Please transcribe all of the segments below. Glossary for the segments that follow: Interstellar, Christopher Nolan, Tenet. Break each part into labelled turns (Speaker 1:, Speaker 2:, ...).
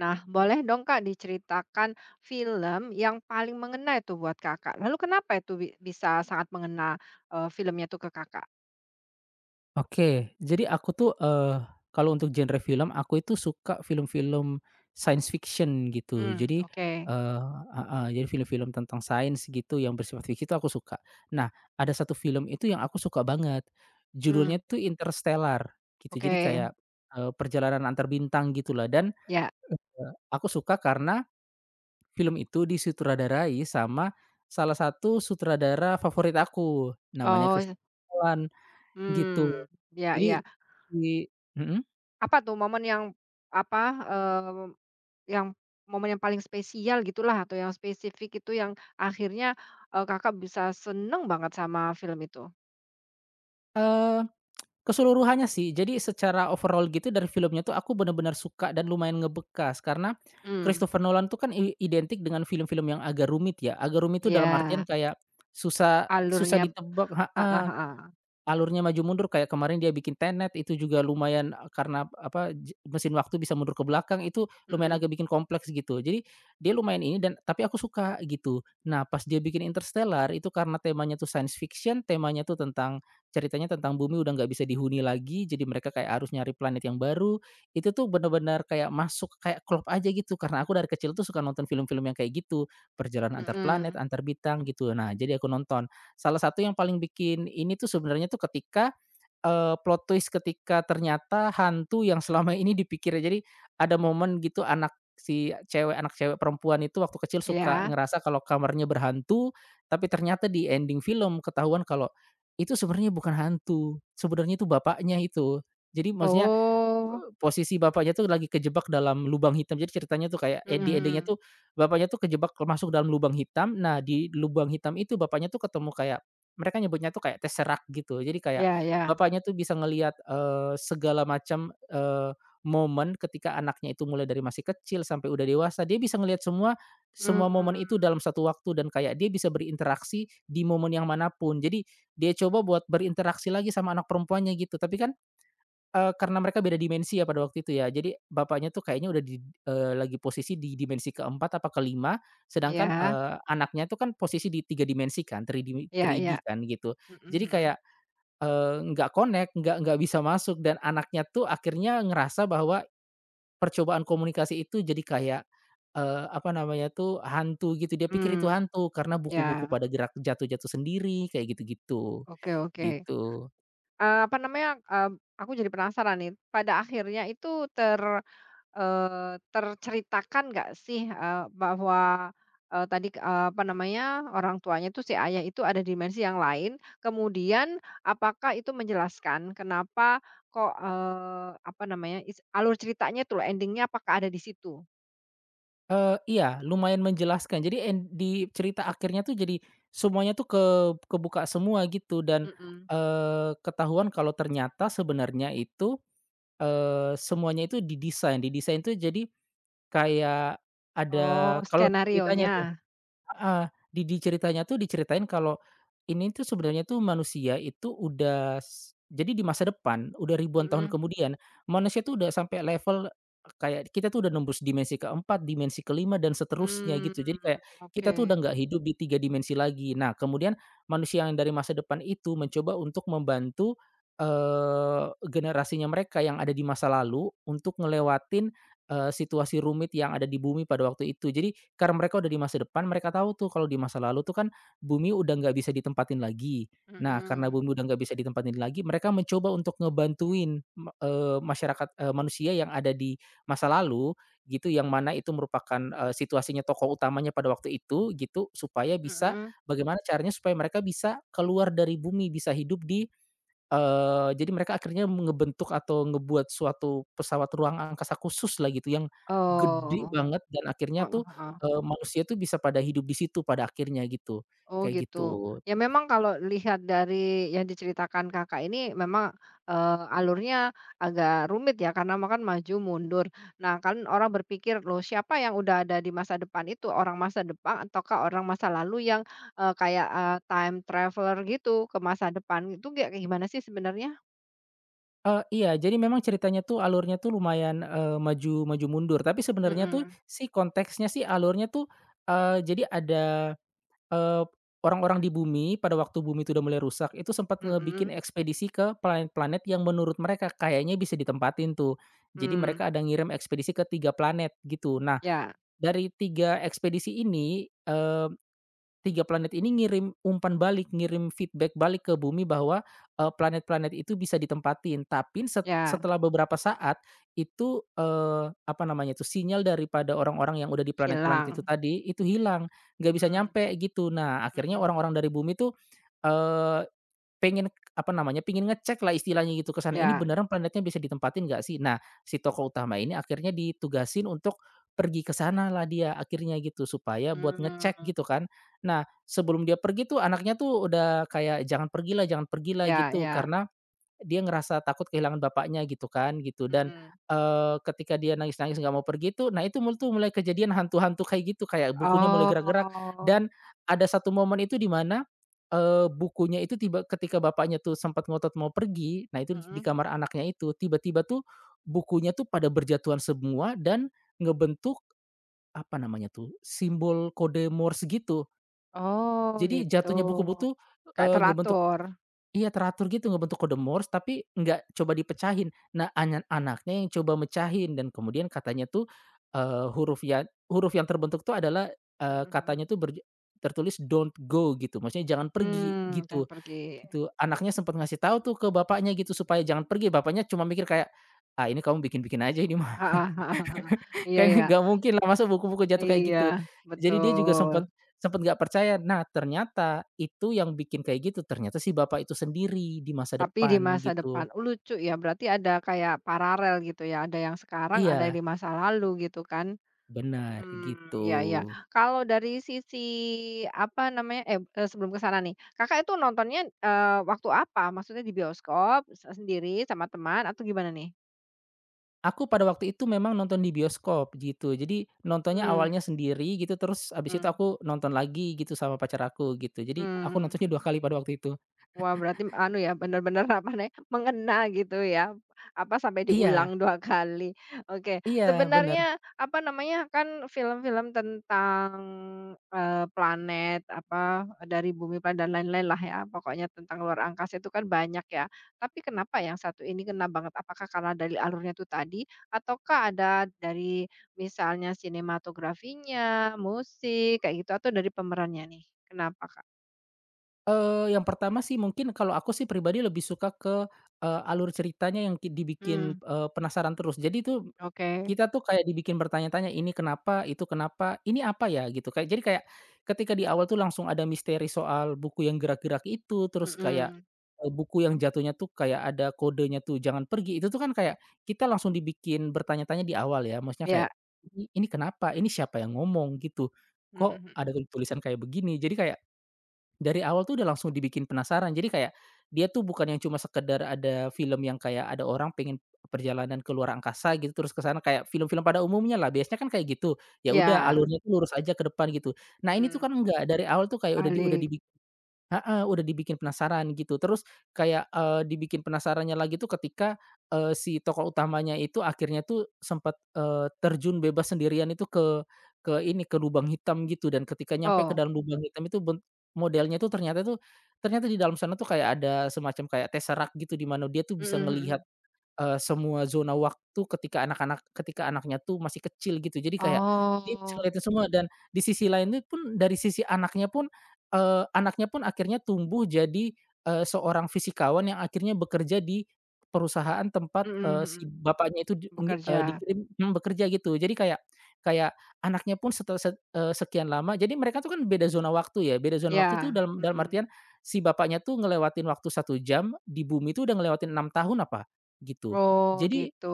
Speaker 1: Nah, boleh dong Kak diceritakan film yang paling mengena itu buat Kakak? Lalu kenapa itu bisa sangat mengena filmnya tuh ke Kakak?
Speaker 2: Oke, jadi aku tuh, kalau untuk genre film, aku itu suka film-film science fiction gitu.
Speaker 1: Hmm,
Speaker 2: Jadi,
Speaker 1: oke.
Speaker 2: eee heeh, jadi film-film tentang sains gitu yang bersifat fiksi itu aku suka. Nah, ada satu film itu yang aku suka banget,
Speaker 1: Hmm,
Speaker 2: judulnya tuh Interstellar gitu. Jadi
Speaker 1: oke.
Speaker 2: kayak, perjalanan antar bintang gitulah dan,
Speaker 1: Ya.
Speaker 2: aku suka karena film itu disutradarai sama salah satu sutradara favorit aku, namanya
Speaker 1: Oh,
Speaker 2: Christopher Nolan. Gitu.
Speaker 1: hmm. Ya,
Speaker 2: Jadi
Speaker 1: ya.
Speaker 2: di mhm,
Speaker 1: Apa tuh momen yang apa eh, yang momen yang paling spesial gitulah atau yang spesifik itu yang akhirnya, Kakak bisa seneng banget sama film itu?
Speaker 2: eee, keseluruhannya sih. Jadi secara overall gitu dari filmnya tuh aku bener-bener suka dan lumayan ngebekas karena
Speaker 1: Hmm.
Speaker 2: Christopher Nolan tuh kan identik dengan film-film yang agak rumit ya, agak rumit itu dalam artian
Speaker 1: Ya,
Speaker 2: kayak susah susah
Speaker 1: alurnya,
Speaker 2: ditebak
Speaker 1: ah, ah,
Speaker 2: heeh.
Speaker 1: ah.
Speaker 2: Alurnya maju mundur kayak kemarin dia bikin Tenet itu juga lumayan, karena apa, mesin waktu bisa mundur ke belakang itu lumayan
Speaker 1: Mm-mm,
Speaker 2: agak bikin kompleks gitu. Jadi dia lumayan ini dan tapi aku suka gitu. Nah pas dia bikin Interstellar itu karena temanya tuh science fiction, temanya tuh tentang ceritanya tentang bumi udah nggak bisa dihuni lagi, jadi mereka kayak harus nyari planet yang baru, itu tuh bener-bener kayak masuk, kayak klop aja gitu karena aku dari kecil tuh suka nonton film-film yang kayak gitu, perjalanan antar planet,
Speaker 1: mm-mm.
Speaker 2: antar bintang gitu. Nah jadi aku nonton. Salah satu yang paling bikin ini tuh sebenarnya tuh ketika, plot twist ketika ternyata hantu yang selama ini dipikirnya jadi ada momen gitu anak si cewek anak cewek perempuan itu waktu kecil suka
Speaker 1: Ya.
Speaker 2: ngerasa kalau kamarnya berhantu, tapi ternyata di ending film ketahuan kalau itu sebenarnya bukan hantu, sebenarnya itu bapaknya itu. Jadi maksudnya
Speaker 1: Oh.
Speaker 2: posisi bapaknya tuh lagi kejebak dalam lubang hitam. Jadi ceritanya tuh kayak
Speaker 1: Mhm
Speaker 2: di ending-nya
Speaker 1: mhm.
Speaker 2: tuh bapaknya tuh kejebak masuk dalam lubang hitam. Nah, di lubang hitam itu bapaknya tuh ketemu kayak mereka nyebutnya tuh kayak tesseract gitu. Jadi kayak
Speaker 1: Ya, ya.
Speaker 2: bapaknya tuh bisa ngelihat, segala macam, momen ketika anaknya itu mulai dari masih kecil sampai udah dewasa. Dia bisa ngelihat semua semua momen
Speaker 1: Mmm,
Speaker 2: itu dalam satu waktu dan kayak dia bisa berinteraksi di momen yang manapun. Jadi dia coba buat berinteraksi lagi sama anak perempuannya gitu. Tapi kan karena mereka beda dimensi ya pada waktu itu ya. Jadi bapaknya tuh kayaknya udah lagi posisi di dimensi keempat apa kelima, sedangkan,
Speaker 1: ya,
Speaker 2: anaknya tuh kan posisi di 3 dimensi kan, 3D
Speaker 1: ya,
Speaker 2: 3D
Speaker 1: ya.
Speaker 2: kan gitu.
Speaker 1: Mhm
Speaker 2: Jadi
Speaker 1: mhm.
Speaker 2: kayak, nggak connect, nggak bisa masuk dan anaknya tuh akhirnya ngerasa bahwa percobaan komunikasi itu jadi kayak, apa namanya tuh, hantu gitu, dia pikir itu
Speaker 1: Mmm,
Speaker 2: hantu karena
Speaker 1: iya.
Speaker 2: buku-buku pada gerak jatuh-jatuh sendiri, kayak gitu-gitu,
Speaker 1: Oke oke.
Speaker 2: gitu.
Speaker 1: Apa namanya, mmm, aku jadi penasaran nih, pada akhirnya itu ter terceritakan nggak sih, bahwa, tadi, apa namanya, orang tuanya itu si ayah itu ada dimensi yang lain, kemudian apakah itu menjelaskan kenapa kok, apa namanya, alur ceritanya tuh endingnya apakah ada di situ?
Speaker 2: Iya, lumayan menjelaskan. Jadi en di cerita akhirnya tuh jadi semuanya tuh kebuka semua gitu dan,
Speaker 1: Mhm.
Speaker 2: ketahuan kalau ternyata sebenarnya itu, eee, semuanya itu didesain. Didesain tuh jadi kayak ada
Speaker 1: Oh,
Speaker 2: kalau ceritanya tuh
Speaker 1: skenarionya?
Speaker 2: heeh, di ceritanya tuh diceritain kalau ini tuh sebenarnya tuh manusia itu udah jadi di masa depan, udah ribuan tahun
Speaker 1: Mhm.
Speaker 2: kemudian, manusia tuh udah sampai level kayak kita tuh udah nembus dimensi keempat, dimensi kelima dan seterusnya
Speaker 1: Mmm,
Speaker 2: gitu. Jadi kayak
Speaker 1: oke.
Speaker 2: kita tuh udah nggak hidup di 3 dimensi lagi. Nah, kemudian manusia yang dari masa depan itu mencoba untuk membantu, generasinya mereka yang ada di masa lalu untuk ngelewatin, situasi rumit yang ada di bumi pada waktu itu. Jadi karena mereka udah di masa depan, mereka tahu tuh kalau di masa lalu tuh kan bumi udah nggak bisa ditempatin lagi. Nah, karena
Speaker 1: Mhm.
Speaker 2: bumi udah nggak bisa ditempatin lagi, mereka mencoba untuk ngebantuin, masyarakat, manusia yang ada di masa lalu gitu, yang mana itu merupakan, situasinya tokoh utamanya pada waktu itu gitu, supaya bisa
Speaker 1: Mhm.
Speaker 2: bagaimana caranya supaya mereka bisa keluar dari bumi, bisa hidup jadi mereka akhirnya ngebentuk atau ngebuat suatu pesawat ruang angkasa khusus lah gitu yang gede
Speaker 1: Oh,
Speaker 2: banget dan akhirnya tuh,
Speaker 1: heeh.
Speaker 2: manusia tuh bisa pada hidup di situ pada akhirnya gitu,
Speaker 1: Oh
Speaker 2: kayak
Speaker 1: gitu.
Speaker 2: gitu.
Speaker 1: Ya memang kalau lihat dari yang diceritakan Kakak ini memang, alurnya agak rumit ya karena makan maju mundur. Nah kan orang berpikir, "Loh siapa yang udah ada di masa depan itu? Orang masa depan ataukah orang masa lalu yang, kayak, time traveler gitu ke masa depan?" Itu kayak kayak gimana sih sebenarnya?
Speaker 2: Iya jadi memang ceritanya tuh alurnya tuh lumayan, maju maju mundur tapi sebenarnya tuh
Speaker 1: Mhm.
Speaker 2: sih konteksnya sih alurnya tuh, jadi ada Eee, orang-orang di bumi pada waktu bumi itu udah mulai rusak, itu sempat ngebikin
Speaker 1: Mhm.
Speaker 2: ekspedisi ke planet-planet yang menurut mereka kayaknya bisa ditempatin tuh. Jadi
Speaker 1: Mmm.
Speaker 2: mereka ada ngirim ekspedisi ke 3 planet gitu. Nah,
Speaker 1: Ya,
Speaker 2: dari 3 ekspedisi ini, 3 planet ini ngirim umpan balik, ngirim feedback balik ke bumi bahwa, planet-planet itu bisa ditempatin. Tapi
Speaker 1: ya.
Speaker 2: setelah beberapa saat itu, apa namanya itu sinyal daripada orang-orang yang udah di planet-planet itu
Speaker 1: Hilang.
Speaker 2: tadi, itu hilang, nggak bisa
Speaker 1: Mmm.
Speaker 2: nyampe gitu. Nah,
Speaker 1: Mhm
Speaker 2: akhirnya orang-orang
Speaker 1: mhm.
Speaker 2: dari bumi tuh, pengen, apa namanya, pengen ngecek lah istilahnya gitu ke sana, ini
Speaker 1: Ya.
Speaker 2: beneran planetnya bisa ditempatin nggak sih? Nah, si tokoh utama ini akhirnya ditugasin untuk pergi ke sana lah dia akhirnya gitu, supaya buat ngecek
Speaker 1: Mmm.
Speaker 2: gitu kan. Nah, sebelum dia pergi tuh anaknya tuh udah kayak, "Jangan pergilah jangan pergilah,"
Speaker 1: Ya,
Speaker 2: gitu,
Speaker 1: ya.
Speaker 2: karena dia ngerasa takut kehilangan bapaknya gitu kan, gitu dan,
Speaker 1: Mhm.
Speaker 2: ketika dia nangis-nangis nggak mau pergi itu, nah itu tuh mulai kejadian hantu-hantu kayak gitu, kayak bukunya mulai gerak-gerak
Speaker 1: Oh.
Speaker 2: dan ada satu momen itu di mana, bukunya itu tiba ketika bapaknya tuh sempat ngotot mau pergi, nah itu di
Speaker 1: Mhm.
Speaker 2: kamar anaknya itu, tiba-tiba tuh bukunya tuh pada berjatuhan semua dan ngebentuk, apa namanya tuh, simbol kode Morse gitu.
Speaker 1: Oh
Speaker 2: Jadi
Speaker 1: gitu.
Speaker 2: jatuhnya buku-buku tuh,
Speaker 1: Kayak
Speaker 2: ngebentuk,
Speaker 1: teratur.
Speaker 2: iya, teratur gitu ngebentuk kode Morse tapi nggak coba dipecahin. Nah anaknya yang coba mecahin dan kemudian katanya tuh, huruf yang terbentuk tuh adalah,
Speaker 1: Mhm
Speaker 2: katanya
Speaker 1: mhm.
Speaker 2: tuh tertulis "Don't go" gitu, maksudnya jangan pergi
Speaker 1: Mmm, jangan
Speaker 2: gitu
Speaker 1: pergi.
Speaker 2: gitu. Anaknya sempat ngasih tahu tuh ke bapaknya gitu supaya jangan pergi, bapaknya cuma mikir kayak, "Ah ini kamu bikin-bikin aja ini mah."
Speaker 1: Heeh heeh heeh. Iya
Speaker 2: Kayaknya
Speaker 1: iya,
Speaker 2: nggak mungkin lah, masa buku-buku jatuh kayak
Speaker 1: iya,
Speaker 2: gitu. Jadi dia juga
Speaker 1: betul.
Speaker 2: sempet sempet nggak percaya. Nah, ternyata itu yang bikin kayak gitu, ternyata si bapak itu sendiri di masa
Speaker 1: Tapi di
Speaker 2: depan
Speaker 1: masa
Speaker 2: gitu.
Speaker 1: depan, oh lucu ya, berarti ada kayak paralel gitu ya, ada yang sekarang, ada yang
Speaker 2: Iya,
Speaker 1: di masa lalu gitu kan?
Speaker 2: benar, gitu.
Speaker 1: Mmm, iya iya. Kalau dari sisi, apa namanya, sebelum ke sana nih, Kakak itu nontonnya, waktu apa? Maksudnya di bioskop, sendiri sama teman atau gimana nih?
Speaker 2: Aku pada waktu itu memang nonton di bioskop gitu. Jadi nontonnya
Speaker 1: Mmm.
Speaker 2: awalnya sendiri gitu, terus abis itu
Speaker 1: Mhm.
Speaker 2: aku nonton lagi gitu sama pacar aku gitu. Jadi aku
Speaker 1: Mmm.
Speaker 2: nontonnya 2 kali pada waktu itu.
Speaker 1: Wah, berarti anu ya, bener-bener apa nih, mengena gitu ya, apa, sampai
Speaker 2: Iya
Speaker 1: diulang 2 kali. Oke,
Speaker 2: iya, benar.
Speaker 1: sebenarnya, apa namanya, kan film-film tentang, planet, apa, dari bumi planet dan lain-lain lah ya, pokoknya tentang luar angkasa itu kan banyak ya. Tapi kenapa yang satu ini ngena banget? Apakah karena dari alurnya itu tadi, ataukah ada dari misalnya sinematografinya, musik, kayak gitu, atau dari pemerannya nih? Kenapa, Kak?
Speaker 2: Yang pertama sih mungkin kalau aku sih pribadi lebih suka ke, alur ceritanya yang dibikin,
Speaker 1: Mmm,
Speaker 2: penasaran terus. Jadi tuh
Speaker 1: oke.
Speaker 2: kita tuh kayak dibikin bertanya-tanya, "Ini kenapa? Itu kenapa? Ini apa ya?" Gitu. Kayak jadi kayak ketika di awal tuh langsung ada misteri soal buku yang gerak-gerak itu, terus kayak,
Speaker 1: Mhm.
Speaker 2: buku yang jatuhnya tuh kayak ada kodenya tuh, "Jangan pergi." Itu tuh kan kayak kita langsung dibikin bertanya-tanya di awal ya, maksudnya
Speaker 1: Iya.
Speaker 2: kayak, "Ini kenapa? Ini siapa yang ngomong?" Gitu.
Speaker 1: Mhm
Speaker 2: "Kok ada
Speaker 1: mhm.
Speaker 2: tulisan kayak begini?" Jadi kayak dari awal tuh udah langsung dibikin penasaran. Jadi kayak, dia tuh bukan yang cuma sekedar ada film yang kayak ada orang pengen perjalanan ke luar angkasa gitu, terus ke sana kayak film-film pada umumnya lah, biasanya kan kayak gitu. Ya udah
Speaker 1: Iya.
Speaker 2: alurnya tuh lurus aja ke depan gitu. Nah, ini tuh
Speaker 1: Mhm.
Speaker 2: kan enggak, dari awal tuh kayak udah
Speaker 1: Balik.
Speaker 2: dibikin heeh, udah dibikin penasaran gitu. Terus kayak, dibikin penasarannya lagi tuh ketika, si tokoh utamanya itu akhirnya tuh sempat terjun bebas sendirian itu ke ini, ke lubang hitam gitu dan ketika nyampe ke
Speaker 1: Oh.
Speaker 2: dalam lubang hitam itu modelnya tuh ternyata di dalam sana tuh kayak ada semacam kayak tesseract gitu di mana dia tuh bisa
Speaker 1: Mhm
Speaker 2: ngelihat
Speaker 1: mhm.
Speaker 2: Semua zona waktu ketika anak-anak ketika anaknya tuh masih kecil gitu. Jadi kayak dia bisa
Speaker 1: Oh.
Speaker 2: ngeliatin semua dan di sisi lainnya pun dari sisi anaknya pun, anaknya pun akhirnya tumbuh jadi, seorang fisikawan yang akhirnya bekerja di perusahaan tempat,
Speaker 1: Mhm mhm.
Speaker 2: si bapaknya itu
Speaker 1: Bekerja.
Speaker 2: dikirim bekerja gitu. Jadi kayak kayak anaknya pun sekian lama jadi mereka tuh kan beda zona waktu ya, beda zona waktu tuh
Speaker 1: Iya.
Speaker 2: dalam dalam
Speaker 1: Mhm.
Speaker 2: artian si bapaknya tuh ngelewatin waktu 1 jam di bumi itu udah ngelewatin 6 tahun apa. Gitu.
Speaker 1: Oh
Speaker 2: Jadi
Speaker 1: gitu.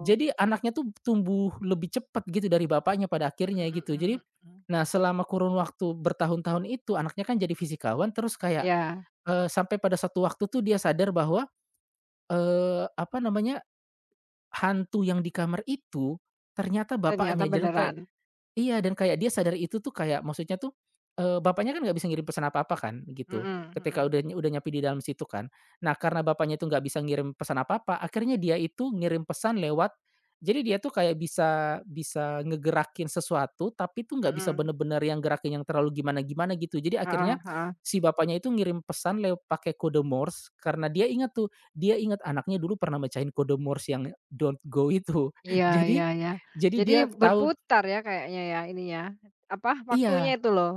Speaker 2: jadi anaknya tuh tumbuh lebih cepat gitu dari bapaknya pada
Speaker 1: Mhm
Speaker 2: akhirnya gitu.
Speaker 1: mhm
Speaker 2: Jadi
Speaker 1: mhm mhm.
Speaker 2: nah selama kurun waktu bertahun-tahun itu anaknya kan jadi fisikawan terus kayak,
Speaker 1: Iya.
Speaker 2: sampai pada satu waktu tuh dia sadar bahwa, apa namanya, hantu yang di kamar itu ternyata
Speaker 1: Ternyata
Speaker 2: bapaknya. Jadi
Speaker 1: beneran.
Speaker 2: kayak, iya, dan kayak dia sadar itu tuh kayak maksudnya tuh, bapaknya kan nggak bisa ngirim pesan apa-apa kan, gitu.
Speaker 1: Mhm
Speaker 2: Ketika
Speaker 1: mhm
Speaker 2: udah nyampe di dalam situ kan. Nah, karena bapaknya itu nggak bisa ngirim pesan apa-apa, akhirnya dia itu ngirim pesan lewat jadi dia tuh kayak bisa bisa ngegerakin sesuatu, tapi tuh nggak bisa
Speaker 1: mhm.
Speaker 2: bener-bener yang gerakin yang terlalu gimana-gimana gitu. Jadi
Speaker 1: Heeh
Speaker 2: akhirnya
Speaker 1: heeh.
Speaker 2: si bapaknya itu ngirim pesan lewat pakai kode Morse, karena dia ingat anaknya dulu pernah mecahin kode Morse yang "Don't go" itu.
Speaker 1: Iya iya
Speaker 2: Jadi
Speaker 1: iya,
Speaker 2: jadi
Speaker 1: jadi
Speaker 2: dia tahu
Speaker 1: berputar ya kayaknya ya ininya, apa, waktunya
Speaker 2: iya.
Speaker 1: itu loh.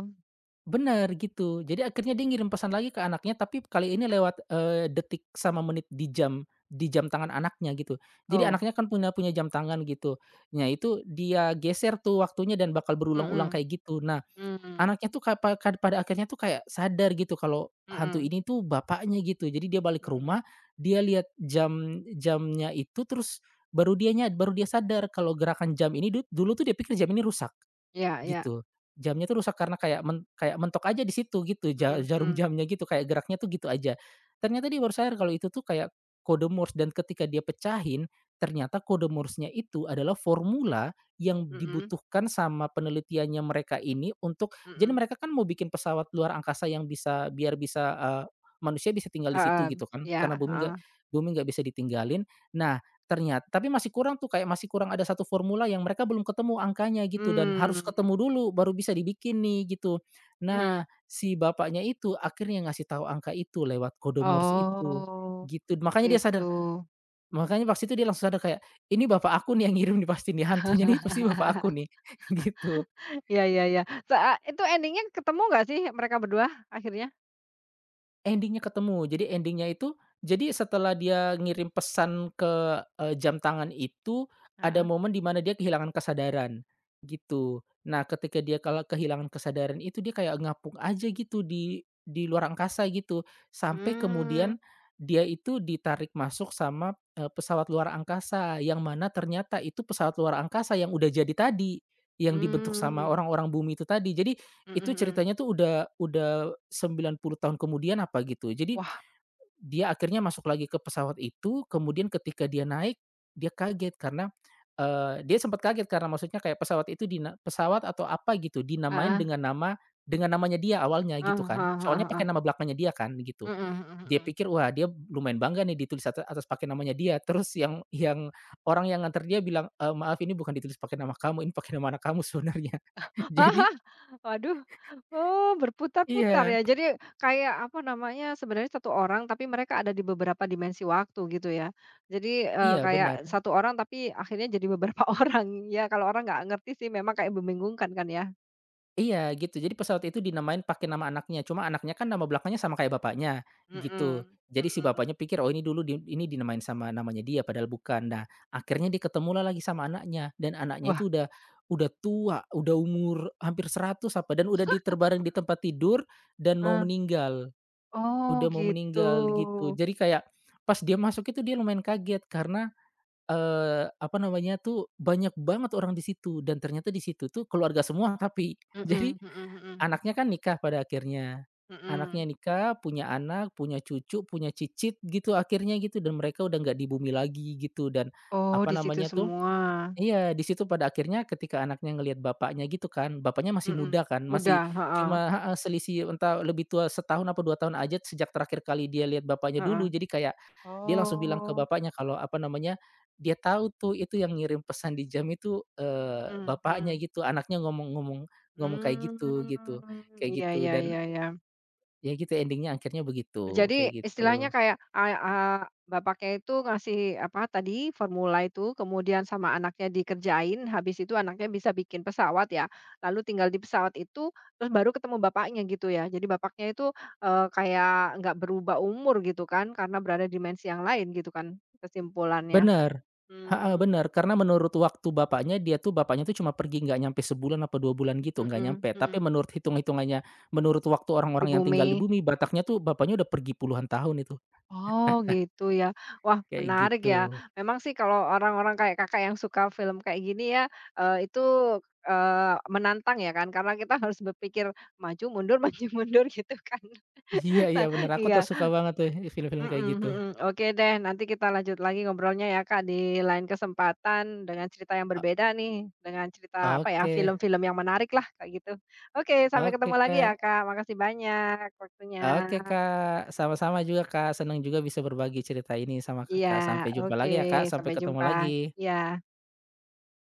Speaker 2: Bener, gitu. Jadi akhirnya dia ngirim pesan lagi ke anaknya, tapi kali ini lewat, detik sama menit di jam tangan anaknya, gitu. Jadi
Speaker 1: Oh.
Speaker 2: anaknya kan punya punya jam tangan, gitu. Nah, itu dia geser tuh waktunya dan bakal berulang-ulang
Speaker 1: Mhm.
Speaker 2: kayak gitu. Nah,
Speaker 1: Mmm.
Speaker 2: anaknya tuh ka pa kad pada akhirnya tuh kayak sadar gitu kalau hantu
Speaker 1: Mhm
Speaker 2: ini tuh bapaknya, gitu. Jadi dia balik ke
Speaker 1: mhm.
Speaker 2: rumah, dia lihat jamnya itu, terus baru dia sadar kalau gerakan jam ini dulu tuh dia pikir jam ini rusak.
Speaker 1: Iya iya.
Speaker 2: Gitu. Jamnya tuh rusak karena kayak mentok aja di situ gitu,
Speaker 1: Mhm
Speaker 2: jarum
Speaker 1: mhm
Speaker 2: jamnya gitu, kayak geraknya tuh gitu aja. Ternyata dia baru sadar kalau itu tuh kayak kode Morse dan ketika dia pecahin, ternyata kode Morse-nya itu adalah formula yang
Speaker 1: mhm
Speaker 2: dibutuhkan sama penelitiannya mereka ini untuk jadi
Speaker 1: mhm.
Speaker 2: mereka kan mau bikin pesawat luar angkasa yang bisa biar bisa, manusia bisa tinggal di situ
Speaker 1: Heeh,
Speaker 2: gitu kan,
Speaker 1: iya,
Speaker 2: karena
Speaker 1: heeh.
Speaker 2: bumi nggak bisa ditinggalin. Nah, ternyata tapi masih kurang tuh, kayak masih kurang ada satu formula yang mereka belum ketemu angkanya gitu dan harus
Speaker 1: Mmm.
Speaker 2: ketemu dulu baru bisa dibikin nih gitu.
Speaker 1: Mhm.
Speaker 2: Nah, si bapaknya itu akhirnya ngasih tahu angka itu lewat kode Morse itu,
Speaker 1: Oh,
Speaker 2: gitu. Makanya dia
Speaker 1: gitu.
Speaker 2: sadar, makanya pas itu dia langsung sadar kayak, "Ini bapak aku nih yang ngirim nih pasti nih, hantunya nih pasti bapak aku nih," gitu.
Speaker 1: Iya iya iya. Se a Itu ending-nya ketemu nggak sih mereka berdua akhirnya?
Speaker 2: Endingnya ketemu, jadi endingnya itu jadi setelah dia ngirim pesan jam tangan itu ada
Speaker 1: Heeh.
Speaker 2: momen di mana dia kehilangan kesadaran, gitu. Nah, ketika dia kalau kehilangan kesadaran itu dia kayak ngapung aja gitu di luar angkasa gitu, sampai
Speaker 1: Mmm.
Speaker 2: kemudian dia itu ditarik masuk sama, pesawat luar angkasa yang mana ternyata itu pesawat luar angkasa yang udah jadi tadi, yang dibentuk
Speaker 1: Mmm.
Speaker 2: sama orang-orang bumi itu tadi. Jadi,
Speaker 1: Mhm
Speaker 2: itu
Speaker 1: mhm.
Speaker 2: ceritanya tuh udah 90 tahun kemudian apa gitu. Jadi
Speaker 1: Wah.
Speaker 2: dia akhirnya masuk lagi ke pesawat itu, kemudian ketika dia naik, dia kaget karena, dia sempat kaget karena maksudnya kayak pesawat itu pesawat atau apa gitu dinamain
Speaker 1: Heeh,
Speaker 2: dengan namanya dia awalnya gitu
Speaker 1: heeh,
Speaker 2: kan.
Speaker 1: heeh
Speaker 2: Soalnya
Speaker 1: heeh
Speaker 2: pakai
Speaker 1: heeh.
Speaker 2: nama belakangnya dia kan gitu.
Speaker 1: Mhm
Speaker 2: Dia
Speaker 1: mhm
Speaker 2: pikir, "Wah dia lumayan bangga nih ditulis atas pakai namanya dia." Terus yang orang yang nganter dia bilang, Maaf ini bukan ditulis pakai nama kamu, ini pakai nama anak kamu sebenarnya." Jadi
Speaker 1: mhm. Waduh, oh berputar-putar
Speaker 2: iya
Speaker 1: ya. Jadi kayak apa namanya, sebenarnya satu orang tapi mereka ada di beberapa dimensi waktu gitu ya. Jadi,
Speaker 2: iya
Speaker 1: kayak
Speaker 2: bener.
Speaker 1: satu orang tapi akhirnya jadi beberapa orang. Ya kalau orang nggak ngerti sih memang kayak membingungkan kan ya?
Speaker 2: Iya gitu, jadi pesawat itu dinamain pakai nama anaknya, cuma anaknya kan nama belakangnya sama kayak bapaknya, gitu.
Speaker 1: Mhm,
Speaker 2: Jadi si
Speaker 1: mhm.
Speaker 2: bapaknya pikir, "Oh ini dulu di ini dinamain sama namanya dia," padahal bukan. Nah, akhirnya dia ketemulah lagi sama anaknya dan anaknya
Speaker 1: Wah,
Speaker 2: itu udah tua, udah umur hampir 100 apa dan udah diterbaring di tempat tidur dan mau
Speaker 1: heeh.
Speaker 2: meninggal,
Speaker 1: Oh
Speaker 2: udah mau
Speaker 1: gitu.
Speaker 2: meninggal gitu. Jadi kayak pas dia masuk itu dia lumayan kaget karena apa namanya tuh, banyak banget orang di situ dan ternyata di situ tuh keluarga semua tapi. Jadi,
Speaker 1: Mhm mhm mhm,
Speaker 2: anaknya kan nikah pada akhirnya. Anaknya
Speaker 1: mhm.
Speaker 2: nikah, punya anak, punya cucu, punya cicit gitu akhirnya gitu dan mereka udah nggak di bumi lagi gitu dan,
Speaker 1: Oh
Speaker 2: apa
Speaker 1: di situ
Speaker 2: namanya tuh,
Speaker 1: semua.
Speaker 2: iya, di situ pada akhirnya ketika anaknya ngelihat bapaknya gitu kan, bapaknya masih
Speaker 1: Mhm.
Speaker 2: muda kan,
Speaker 1: Udah,
Speaker 2: masih
Speaker 1: heeh,
Speaker 2: cuma heeh, selisih entah lebih tua setahun apa 2 tahun aja sejak terakhir kali dia lihat bapaknya
Speaker 1: heeh.
Speaker 2: dulu. Jadi kayak dia langsung bilang ke
Speaker 1: Oh.
Speaker 2: bapaknya kalau, apa namanya, dia tahu tuh itu yang ngirim pesan di jam itu,
Speaker 1: Mhm
Speaker 2: bapaknya
Speaker 1: mhm.
Speaker 2: gitu, anaknya ngomong ngomong ngomong kayak gitu
Speaker 1: Mmm,
Speaker 2: gitu kayak
Speaker 1: iya
Speaker 2: gitu
Speaker 1: iya
Speaker 2: dan
Speaker 1: iya iya.
Speaker 2: ya gitu endingnya akhirnya begitu,
Speaker 1: Jadi
Speaker 2: kayak gitu.
Speaker 1: istilahnya kayak, eee eee, bapaknya itu ngasih apa tadi, formula itu, kemudian sama anaknya dikerjain, habis itu anaknya bisa bikin pesawat ya, lalu tinggal di pesawat itu, terus baru ketemu bapaknya gitu ya. Jadi bapaknya itu, kayak nggak berubah umur gitu kan, karena berada di dimensi yang lain gitu kan kesimpulannya.
Speaker 2: Bener, heeh,
Speaker 1: Mmm,
Speaker 2: bener, karena menurut waktu bapaknya, dia tuh bapaknya tuh cuma pergi nggak nyampe sebulan apa 2 bulan gitu, nggak
Speaker 1: mhm
Speaker 2: nyampe. Tapi
Speaker 1: mhm,
Speaker 2: menurut hitung-hitungannya menurut waktu
Speaker 1: di
Speaker 2: orang-orang yang tinggal di
Speaker 1: bumi.
Speaker 2: bumi, Bataknya tuh bapaknya udah pergi puluhan tahun itu,
Speaker 1: Oh, gitu ya. Wah,
Speaker 2: kayak
Speaker 1: menarik ya.
Speaker 2: gitu.
Speaker 1: Memang sih kalau orang-orang kayak Kakak yang suka film kayak gini ya, itu, menantang ya kan, karena kita harus berpikir maju mundur maju mundur gitu kan.
Speaker 2: Iya iya
Speaker 1: Nah,
Speaker 2: bener, aku tuh
Speaker 1: iya.
Speaker 2: suka banget tuh film-film
Speaker 1: Mhm
Speaker 2: kayak gitu.
Speaker 1: mhm. Oke deh, nanti kita lanjut lagi ngobrolnya ya Kak, di lain kesempatan dengan cerita yang
Speaker 2: O
Speaker 1: berbeda nih, dengan cerita apa ya,
Speaker 2: oke,
Speaker 1: film-film yang menarik lah, kayak gitu. Oke, sampai
Speaker 2: oke,
Speaker 1: ketemu lagi ya
Speaker 2: Kak.
Speaker 1: Kak, makasih banyak waktunya.
Speaker 2: Oke, Kak, sama-sama juga, Kak, senang juga bisa berbagi cerita ini sama
Speaker 1: Iya,
Speaker 2: Kakak. Sampai jumpa
Speaker 1: oke,
Speaker 2: lagi ya, Kak,
Speaker 1: sampai
Speaker 2: sampai ketemu
Speaker 1: jumpa.
Speaker 2: lagi.
Speaker 1: Iya.